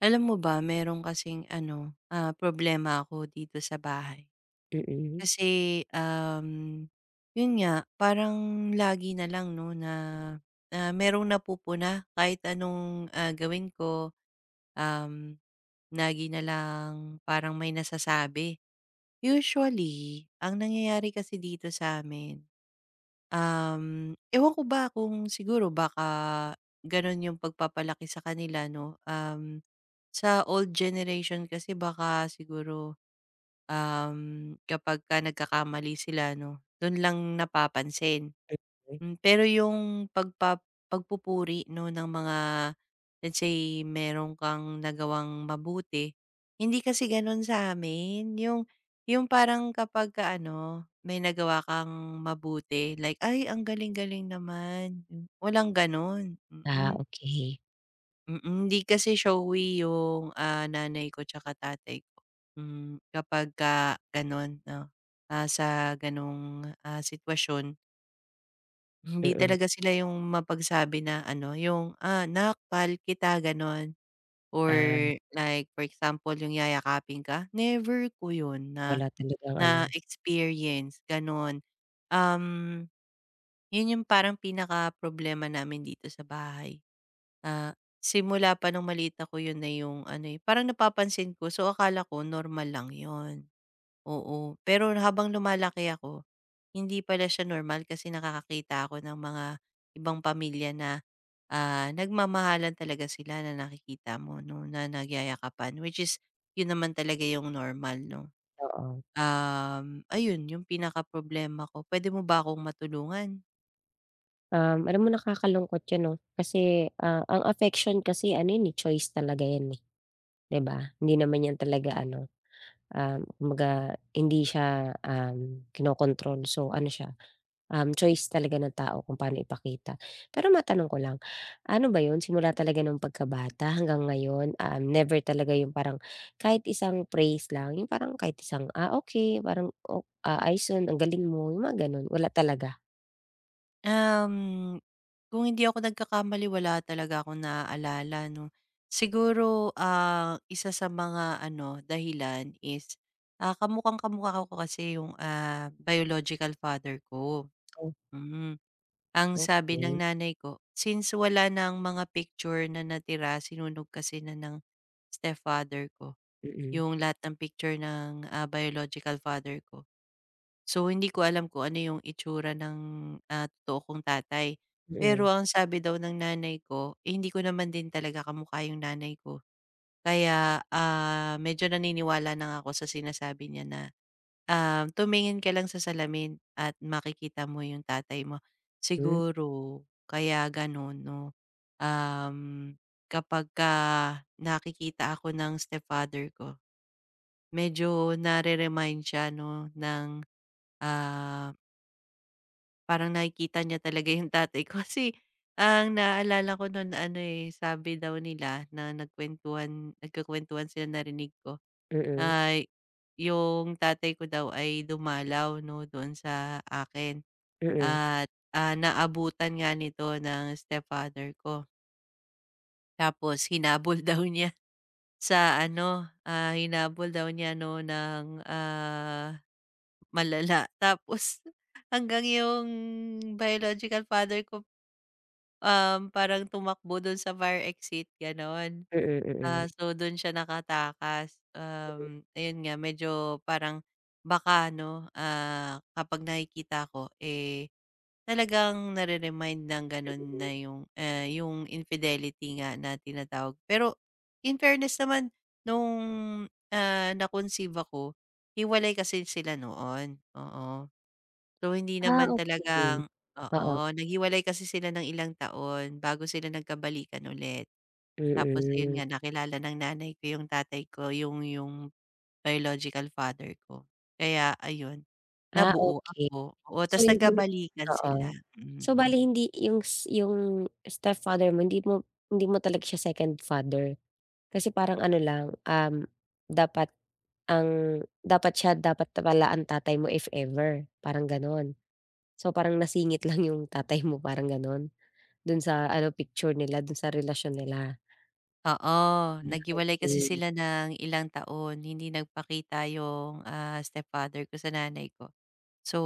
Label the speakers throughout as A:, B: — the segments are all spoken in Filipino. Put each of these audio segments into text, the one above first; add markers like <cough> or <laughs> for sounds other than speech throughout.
A: Alam mo ba meron kasing ano, problema ako dito sa bahay.
B: Mm, mm.
A: Kasi, yun nga parang lagi na lang 'no na, merong napupuna kahit anong, gawin ko, um, lagi na lang parang may nasasabi. Usually, ang nangyayari kasi dito sa amin, ewan ko ba kung siguro baka ganon yung pagpapalaki sa kanila 'no. Sa old generation kasi baka siguro, kapagka nagkakamali sila 'no, dun lang napapansin. Pero yung pagpupuri 'no ng mga, let's say, meron kang nagawang mabuti. Hindi kasi ganun sa amin. Yung parang kapagka ano, may nagawa kang mabuti, like, "Ay ang galing-galing naman." Walang ganun, mm.
B: Ah,
A: Mm.
B: okey.
A: Mm, Hindi kasi showy yung, nanay ko tsaka tatay ko. Hmm, ka Gano'n 'no, sa gano'ng, sitwasyon, hindi
B: Mm.
A: talaga sila yung mapagsabi na ano, yung, nakpal kita," gano'n, or
B: Ah.
A: like for example, yung yayakapin ka, never ko yun na
B: Wala talagang ano.
A: na-experience, gano'n. Um, Yun yung parang pinaka problema namin dito sa bahay. Ah, Simula pa nung maliit ako yun na yung ano, eh, parang napapansin ko. So, akala ko normal lang yun, oo. Pero habang lumalaki ako, hindi pala siya normal kasi nakakakita ako ng mga ibang pamilya na, nagmamahalan talaga sila na nakikita mo 'no, na nagyayakapan, which is yun naman talaga yung normal 'no.
B: Oo.
A: Ayun yung pinaka problema ko. Puwede mo ba akong matulungan?
B: Alam mo, nakakalungkot 'yun, 'no, kasi, ang affection kasi ano 'yun, eh, choice talaga 'yan, eh, 'di ba? Hindi naman 'yan talaga ano, kumbaga hindi siya, kinokontrol. So ano siya, choice talaga ng tao kung paano ipakita. Pero matanong ko lang, ano ba 'yun simula talaga nung pagkabata hanggang ngayon? Never talaga yung parang kahit isang praise lang, yung parang kahit isang, "Ah, okay," parang, o ah, "Ayos ang galing mo," yung mga gano'n, wala talaga?
A: Um, kung hindi ako nagkakamali, wala talaga akong naaalala 'no. Siguro, isa sa mga ano, dahilan is, kamukhang-kamukha ko kasi yung, biological father ko.
B: Oh,
A: Mm. Ang sabi ng
B: okey.
A: nanay ko, since wala ng mga picture na natira, sinunog kasi na ng stepfather ko
B: Mm,
A: yung lahat ng picture ng, biological father ko. So, hindi ko alam kung ano yung itsura ng, totoo kong tatay. Pero
B: mm,
A: ang sabi daw ng nanay ko, eh, hindi ko naman din talaga kamukha yung nanay ko. Kaya, medyo naniniwala na ako sa sinasabi niya na, "Tumingin ka lang sa salamin at makikita mo yung tatay mo."
B: hmm,
A: Siguro kaya gano'n 'no. um, Kapagka nakikita ako ng stepfather ko, medyo nare-remind siya 'no ng, ah parang nakikita niya talaga yung tatay ko <laughs> kasi ang naalala ko nun ano, eh, sabi daw nila na nagkakuwentuhan sila, narinig ko,
B: mm,
A: ay, yung tatay ko daw ay dumalaw 'no, doon sa akin,
B: mm,
A: at, naabutan nga nito ng stepfather ko. Tapos hinabol daw niya <laughs> sa ano, hinabol daw niya 'no ng, malala. Tapos, hanggang yung biological father ko, parang tumakbo dun sa fire exit, gano'n.
B: mm, mm,
A: So dun siya nakatakas. Ayun nga medyo parang baka 'no, kapag nakikita ko, eh, talagang nare-remind ng gano'n na
B: mm.
A: yung, yung infidelity nga na tinatawag. Pero in fairness naman nung, na-conceive ako, hiwalay kasi sila noon, oo. So, hindi
B: Ah,
A: naman
B: okey.
A: talagang, oo,
B: Oo,
A: naghiwalay kasi sila ng ilang taon bago sila nagkabalikan ulit. Tapos ayun
B: mm.
A: nga, nakilala ng nanay ko yung tatay ko, yung biological father ko. Kaya ayun,
B: Ah,
A: nabuo
B: okay.
A: ako, oo,
B: So
A: tas
B: hindi mo,
A: nagkabalikan sila.
B: oo.
A: Mm.
B: So bale, hindi yung yung stepfather mo, hindi mo talaga siya second father. Kasi parang ano lang, dapat, ang dapat siya, dapat pala ang tatay mo if ever, parang gano'n. So parang nasingit <laughs> lang yung tatay mo, parang gano'n, dun sa ano picture nila, dun sa relasyon nila.
A: Oo,
B: Hmm.
A: naghiwalay kasi
B: Okey,
A: sila ng ilang taon, hindi nagpakita yung, stepfather ko sa nanay ko. So,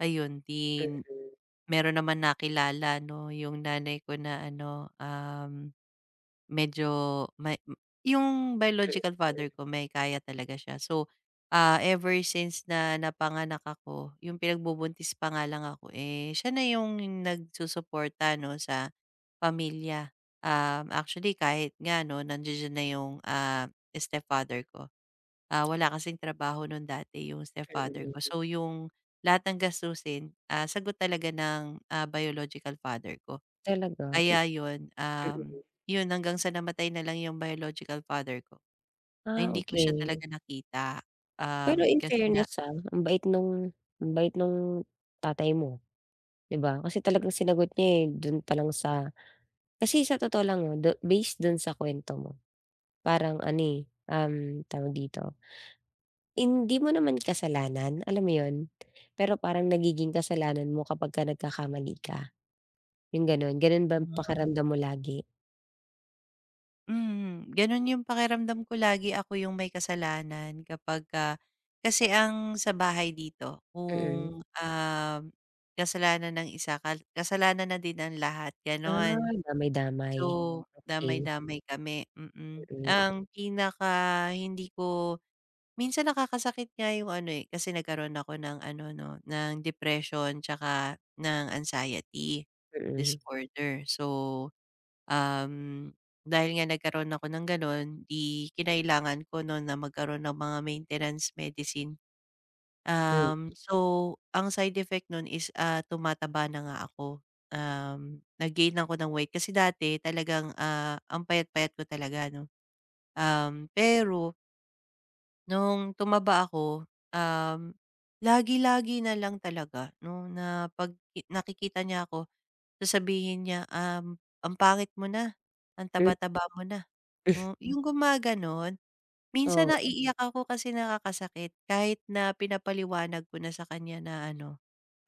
A: ayun, meron naman nakilala 'no, yung nanay ko na ano. Medyo may m- yung biological father ko may kaya talaga siya. So, ever since na napanganak ako, yung pinagbubuntis pa nga lang ako, eh, siya na yung nagsusuporta 'no, sa pamilya. Actually, kahit nga 'no, nandiya na yung, stepfather ko. Wala kasing trabaho nun dati yung stepfather ko.
B: mm.
A: So, yung lahat ng gastusin, sagot talaga ng, biological father ko.
B: Talaga, mm.
A: Kaya yun. 'Yun hanggang sa namatay na lang 'yung biological father ko. Ay,
B: Ah,
A: hindi ko
B: okey.
A: siya talaga nakita,
B: Pero, in
A: kasi nga,
B: fairness, ang bait nung tatay mo. 'Di ba? Kasi talagang sinagot niya, eh, dun pa lang sa... Kasi sa totoo lang 'no, based dun sa kuwento mo, parang ano, eh, tawag dito, hindi mo naman kasalanan, alam mo yun? Pero parang nagiging kasalanan mo kapagka nagkakamali ka, yung gano'n. Gano'n ba ang pakiramdam mo lagi?
A: gano'n 'yung pakiramdam ko, lagi ako 'yung may kasalanan kapagka, kasi ang sa bahay dito
B: Mm.
A: kung, kasalanan ng isa, kasalanan na din ng lahat,
B: Ah,
A: gano'n.
B: damay-damay.
A: So,
B: Okey.
A: damay-damay kami. Mm.
B: Mm,
A: Ang pinaka hindi ko. Minsan nakakasakit nga yung ano, eh, kasi nagkaroon ako ng ano 'no, ng depression tsaka ng anxiety
B: mm,
A: disorder. So, um, dahil nga nagkaroon ako ng gano'n, 'di kinailangan ko 'no na magkaroon ng mga maintenance medicine.
B: hmm,
A: So ang side effect nun is, tumataba na nga ako. Nag-gain ako ng weight kasi dati talagang, ang payat-payat ko talaga 'no. Pero nung tumaba ako, lagi-lagi na lang talaga 'no, na 'pag nakikita niya ako, sasabihin niya, "Ang pangit mo na, ang
B: hmm,
A: taba-taba mo na." Yung gumaganon. Minsan
B: oo,
A: naiiyak ako kasi nakakasakit, kahit na pinapaliwanag ko na sa kanya na ano,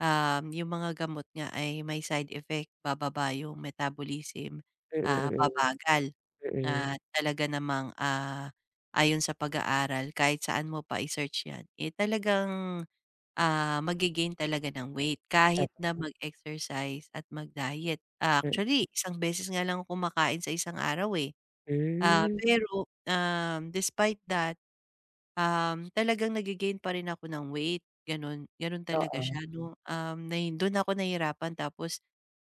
A: yung mga gamot nga ay may side effect, bababa yung metabolism,
B: mm,
A: babagal.
B: mm, mm.
A: Na talaga namang, ayon sa pag-aaral kahit saan mo pa i-search 'yan, eh, talagang, ah, magge talaga ng weight kahit
B: Tama,
A: na mag-exercise at mag-diet.
B: mm.
A: Actually, isang beses nga lang ako kumakain sa isang araw, eh.
B: Hmm, <laughs>
A: Pero, despite that, talagang nagigain gain pa rin ako ng weight, gano'n. Gano'n talaga
B: oo,
A: siya 'no. Do'n ako nahirapan. Tapos,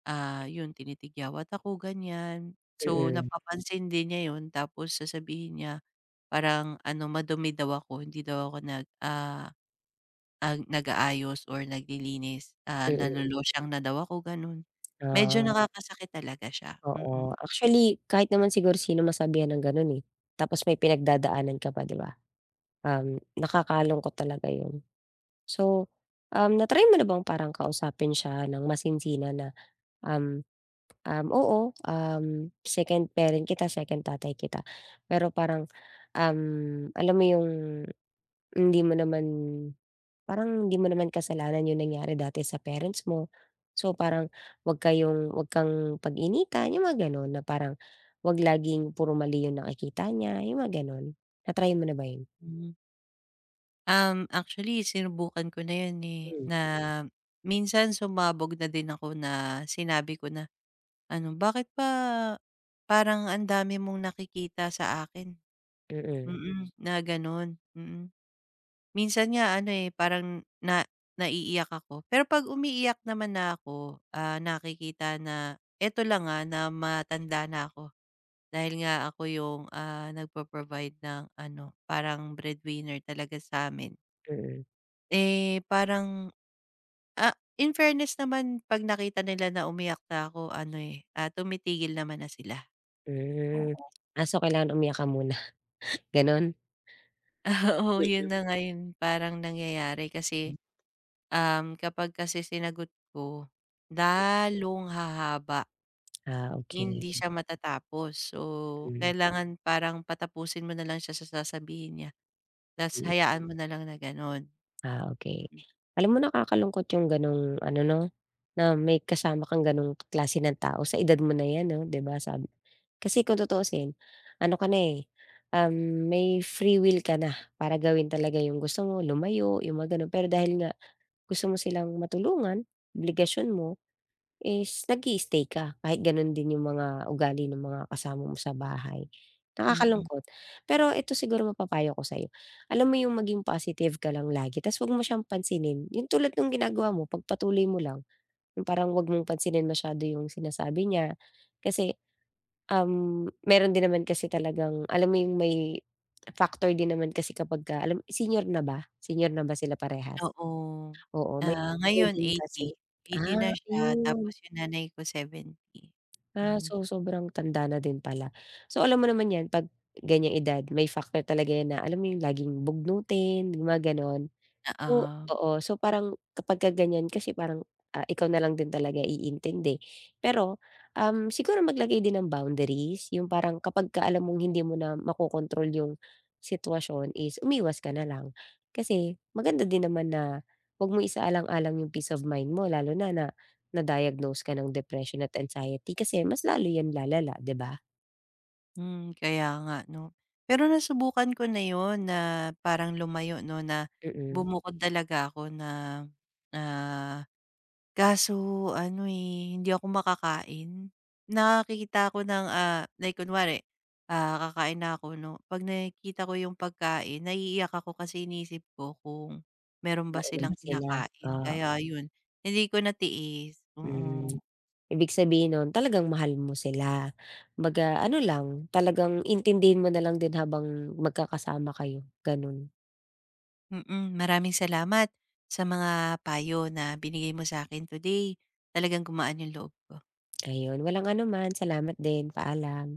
A: 'yun tinitigyawat ako ganyan. So,
B: mm,
A: napapansin din niya 'yun, tapos sasabihin niya parang ano, madumi daw ako, hindi daw ako nag-aayos or naglilinis,
B: mm.
A: nalolosyang na daw ako, gano'n. Medyo
B: Ah.
A: nakakasakit talaga siya.
B: Oo, actually kahit naman siguro sino masabihan ng gano'n, eh, tapos may pinagdadaanan ka pa, 'di ba? Nakakalungkot talaga 'yun. So, na-try mo na bang parang kausapin siya ng masinsinan na, um, um, "Oo, second parent kita, second tatay kita, pero parang, um, alam mo 'yung... hindi mo naman Parang hindi mo naman kasalanan yung nangyari dati sa parents mo. So, parang wag kang pag-initan, yung mga gano'n, na parang wag laging puro mali yung nakikita niya, yung mga gano'n." Na-try mo na ba yun?
A: Mm. Actually, sinubukan ko na yun, eh,
B: Hmm.
A: na. Mm. Minsan sumabog na din ako na sinabi ko na ano, "Bakit ba parang ang dami mong nakikita sa akin?"
B: Mm,
A: Mm. Na gano'n, mm. Minsan nga ano, eh, parang naiiyak ako. Pero 'pag umiiyak naman na ako, nakikita na eto lang, nga na matanda na ako dahil nga ako yung, nagpo-provide ng ano, parang breadwinner talaga sa sa'min.
B: mm,
A: Eh, parang, ah, in fairness naman 'pag nakita nila na umiyak na ako ano, eh, tumitigil naman na sila.
B: hmm.
A: Oo.
B: Ah, so kailangan umiyak ka muna, <laughs> gano'n?
A: <laughs> Oo, yun na nga yung parang nangyayari kasi,
B: Mm.
A: kapag kasi sinagot ko, lalong hahaba,
B: Ah, okey.
A: hindi siya matatapos. So,
B: Mm,
A: kailangan parang patapusin mo na lang siya sa sasabihin niya, ta's
B: mm.
A: hayaan mo na lang na gano'n.
B: Ah, okey. Alam mo, nakakalungkot yung gano'ng ano 'no, na may kasama kang gano'ng klase ng tao sa edad mo na 'yan, 'no, 'di ba, Kasi kung tutuusin, ano ka na, eh, may free will ka na para gawin talaga yung gusto mo, lumayo, yung mga gano'n. Pero dahil nga gusto mo silang matulungan, obligasyon mo, is nag stay ka kahit gano'n din yung mga ugali ng mga kasama mo sa bahay.
A: Mm.
B: Nakakalungkot. Pero ito siguro mapapayo ko sa'yo, alam mo yung maging positive ka lang lagi, tapos 'wag mo siyang pansinin. Yung tulad ng ginagawa mo, pagpatuloy mo lang. Yung parang 'wag mong pansinin masyado yung sinasabi niya, kasi meron din naman kasi, talagang alam mo yung may factor din naman kasi, kapagka alam, senior na ba? Senior na ba sila parehas?
A: Oo.
B: Oo, may factor
A: Ngayon,
B: din kasi.
A: eighty,
B: Ah,
A: eighty na siya,
B: ayun.
A: tapos yung nanay ko, 70.
B: Ah,
A: Hmm,
B: so sobrang tanda na din pala. So alam mo naman 'yan, 'pag ganyang edad may factor talaga 'yan, na alam mo yung laging bugnutin, yung mga gano'n. So
A: oo.
B: oo, so parang kapagka ganyan kasi parang, ikaw na lang din talaga iintindi. Pero, siguro maglagay din ng boundaries, yung parang kapagka alam mong hindi mo na makokontrol yung sitwasyon, is umiwas ka na lang. Kasi maganda din naman na 'wag mong isaalang-alang yung peace of mind mo, lalo na na na-diagnose ka ng depression at anxiety, kasi mas lalo 'yan lalala, 'di ba?
A: Kaya nga 'no. Pero nasubukan ko na yun na parang lumayo 'no, na
B: Mm,
A: bumukod talaga ako na. ah Kaso ano, eh, hindi ako makakain. Nakakita ko ng, like kunwari, kakain na ako 'no. 'Pag nakikita ko yung pagkain, naiiyak ako kasi iniisip ko kung meron ba
B: kumain na
A: silang
B: ba sila?
A: kinakain,
B: Ah,
A: kaya yun, hindi ko natiis,
B: hmm.
A: oo.
B: Ibig sabihin nun talagang mahal mo sila. Kumbaga ano lang, talagang intindihin mo na lang din habang magkakasama kayo, ganun.
A: Maraming salamat sa mga payo na binigay mo sa akin today. Talagang gumaan yung loob ko.
B: Ayun, walang anuman. Salamat din. Paalam.